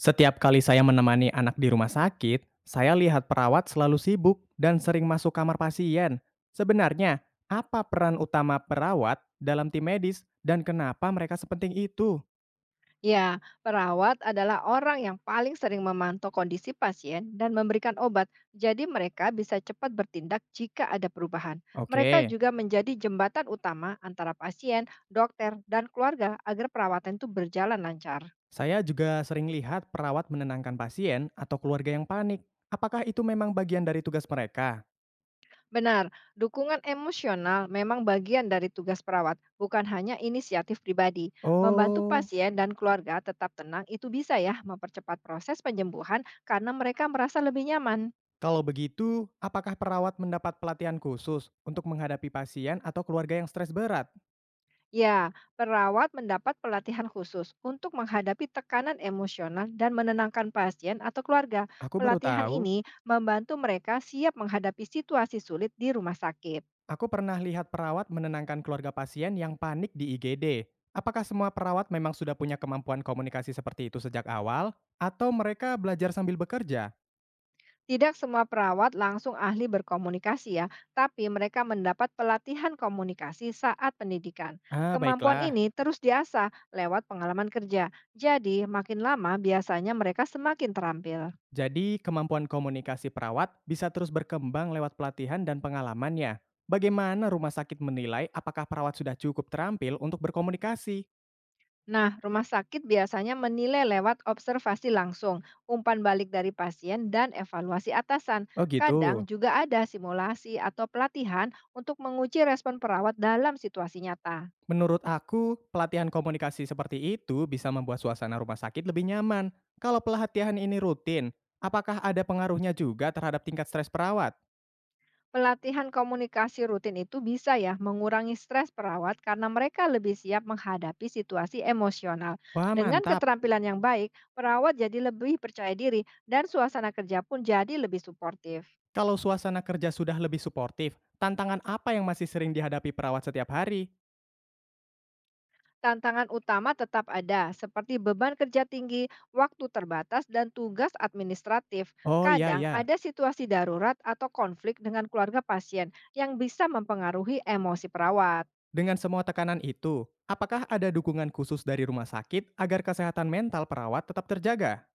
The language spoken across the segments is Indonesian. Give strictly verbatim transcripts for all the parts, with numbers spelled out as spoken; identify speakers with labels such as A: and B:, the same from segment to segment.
A: Setiap kali saya menemani anak di rumah sakit, saya lihat perawat selalu sibuk dan sering masuk kamar pasien. Sebenarnya, apa peran utama perawat dalam tim medis dan kenapa mereka sepenting itu?
B: Ya, perawat adalah orang yang paling sering memantau kondisi pasien dan memberikan obat, jadi mereka bisa cepat bertindak jika ada perubahan. Mereka
A: Oke,
B: juga menjadi jembatan utama antara pasien, dokter, dan keluarga agar perawatan itu berjalan lancar.
A: saya juga sering lihat perawat menenangkan pasien atau keluarga yang panik. Apakah itu memang bagian dari tugas mereka?
B: Benar, dukungan emosional memang bagian dari tugas perawat, bukan hanya inisiatif pribadi. Membantu
A: Oh,
B: pasien dan keluarga tetap tenang itu bisa ya mempercepat proses penyembuhan karena mereka merasa lebih nyaman.
A: kalau begitu, apakah perawat mendapat pelatihan khusus untuk menghadapi pasien atau keluarga yang stres berat?
B: Ya, perawat mendapat pelatihan khusus untuk menghadapi tekanan emosional dan menenangkan pasien atau keluarga.
A: Aku baru
B: Pelatihan
A: tahu.
B: ini membantu mereka siap menghadapi situasi sulit di rumah sakit.
A: Aku pernah lihat perawat menenangkan keluarga pasien yang panik di I G D. Apakah semua perawat memang sudah punya kemampuan komunikasi seperti itu sejak awal, atau mereka belajar sambil bekerja?
B: Tidak semua perawat langsung ahli berkomunikasi ya, tapi mereka mendapat pelatihan komunikasi saat pendidikan.
A: Ah,
B: Kemampuan
A: baiklah.
B: ini terus diasah lewat pengalaman kerja. Jadi, makin lama biasanya mereka semakin terampil.
A: Jadi, kemampuan komunikasi perawat bisa terus berkembang lewat pelatihan dan pengalamannya. Bagaimana rumah sakit menilai apakah perawat sudah cukup terampil untuk berkomunikasi?
B: Nah, rumah sakit biasanya menilai lewat observasi langsung, umpan balik dari pasien, dan evaluasi atasan.
A: Oh,
B: Kadang
A: gitu.
B: juga ada simulasi atau pelatihan untuk menguji respon perawat dalam situasi nyata.
A: Menurut aku, pelatihan komunikasi seperti itu bisa membuat suasana rumah sakit lebih nyaman. Kalau pelatihan ini rutin, apakah ada pengaruhnya juga terhadap tingkat stres perawat?
B: Pelatihan komunikasi rutin itu bisa ya mengurangi stres perawat karena mereka lebih siap menghadapi situasi emosional.
A: Wah,
B: Dengan
A: mantap.
B: keterampilan yang baik, perawat jadi lebih percaya diri dan suasana kerja pun jadi lebih suportif.
A: Kalau suasana kerja sudah lebih suportif, tantangan apa yang masih sering dihadapi perawat setiap hari?
B: Tantangan utama tetap ada, seperti beban kerja tinggi, waktu terbatas, dan tugas administratif.
A: Oh iya
B: Kadang
A: ya.
B: ada situasi darurat atau konflik dengan keluarga pasien yang bisa mempengaruhi emosi perawat.
A: Dengan semua tekanan itu, apakah ada dukungan khusus dari rumah sakit agar kesehatan mental perawat tetap terjaga?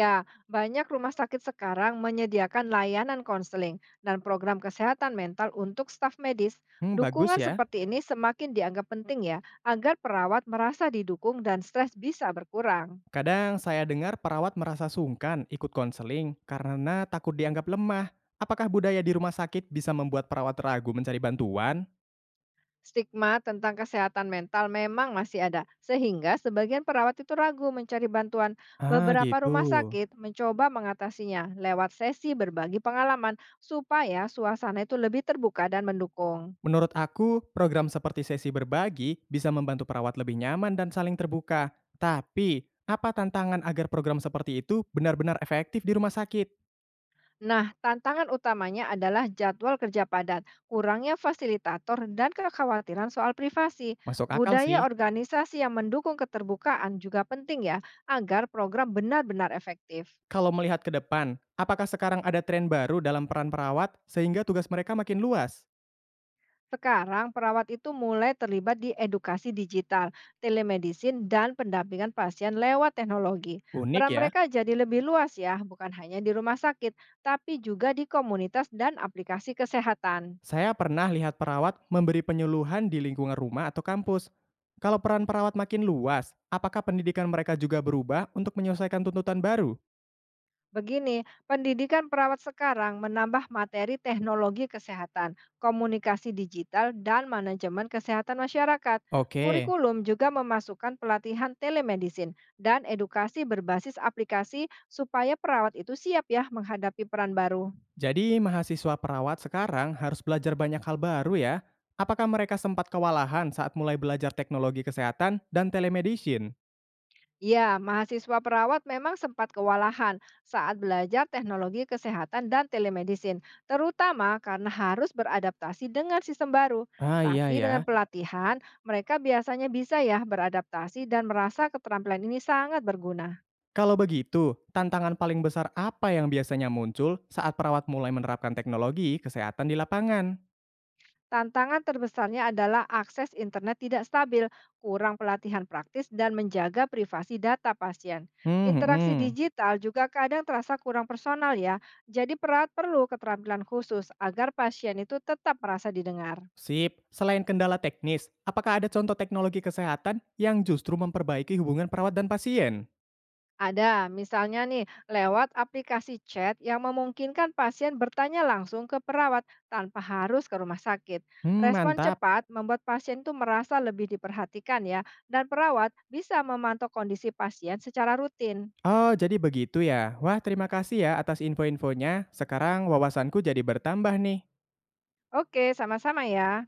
B: Ya, banyak rumah sakit sekarang menyediakan layanan konseling dan program kesehatan mental untuk staf medis.
A: Hmm, bagus
B: Dukungan
A: ya.
B: seperti ini semakin dianggap penting ya, agar perawat merasa didukung dan stres bisa berkurang.
A: Kadang saya dengar perawat merasa sungkan ikut konseling karena takut dianggap lemah. Apakah budaya di rumah sakit bisa membuat perawat ragu mencari bantuan?
B: Stigma tentang kesehatan mental memang masih ada, sehingga sebagian perawat itu ragu mencari bantuan.
A: Ah,
B: Beberapa
A: gitu.
B: rumah sakit mencoba mengatasinya lewat sesi berbagi pengalaman supaya suasana itu lebih terbuka dan mendukung.
A: Menurut aku, program seperti sesi berbagi bisa membantu perawat lebih nyaman dan saling terbuka. Tapi, apa tantangan agar program seperti itu benar-benar efektif di rumah sakit?
B: Nah, tantangan utamanya adalah jadwal kerja padat, kurangnya fasilitator, dan kekhawatiran soal privasi.
A: Masuk akal
B: Budaya
A: sih.
B: organisasi yang mendukung keterbukaan juga penting ya, agar program benar-benar efektif.
A: Kalau melihat ke depan, apakah sekarang ada tren baru dalam peran perawat sehingga tugas mereka makin luas?
B: Sekarang perawat itu mulai terlibat di edukasi digital, telemedicine, dan pendampingan pasien lewat teknologi.
A: Unik
B: Peran
A: ya.
B: mereka jadi lebih luas ya, bukan hanya di rumah sakit, tapi juga di komunitas dan aplikasi kesehatan.
A: Saya pernah lihat perawat memberi penyuluhan di lingkungan rumah atau kampus. Kalau peran perawat makin luas, apakah pendidikan mereka juga berubah untuk menyelesaikan tuntutan baru?
B: Begini, pendidikan perawat sekarang menambah materi teknologi kesehatan, komunikasi digital, dan manajemen kesehatan masyarakat.
A: Oke,
B: Kurikulum juga memasukkan pelatihan telemedicine dan edukasi berbasis aplikasi supaya perawat itu siap ya menghadapi peran baru.
A: jadi mahasiswa perawat sekarang harus belajar banyak hal baru ya. Apakah mereka sempat kewalahan saat mulai belajar teknologi kesehatan dan telemedicine?
B: Ya, mahasiswa perawat memang sempat kewalahan saat belajar teknologi kesehatan dan telemedicine, terutama karena harus beradaptasi dengan sistem baru.
A: Ah iya
B: Tapi dengan
A: ya.
B: pelatihan, mereka biasanya bisa ya beradaptasi dan merasa keterampilan ini sangat berguna.
A: Kalau begitu, tantangan paling besar apa yang biasanya muncul saat perawat mulai menerapkan teknologi kesehatan di lapangan?
B: Tantangan terbesarnya adalah akses internet tidak stabil, kurang pelatihan praktis, dan menjaga privasi data pasien.
A: Hmm, hmm,
B: Interaksi
A: hmm.
B: digital juga kadang terasa kurang personal ya, jadi perat perlu keterampilan khusus agar pasien itu tetap merasa didengar.
A: Sip, selain kendala teknis, apakah ada contoh teknologi kesehatan yang justru memperbaiki hubungan perawat dan pasien?
B: Ada, misalnya nih, lewat aplikasi chat yang memungkinkan pasien bertanya langsung ke perawat tanpa harus ke rumah sakit.
A: Hmm,
B: Respon
A: mantap.
B: cepat membuat pasien itu merasa lebih diperhatikan ya, dan perawat bisa memantau kondisi pasien secara rutin.
A: Oh, jadi begitu ya. Wah, terima kasih ya atas info-infonya. Sekarang wawasanku jadi bertambah nih.
B: Oke, sama-sama ya.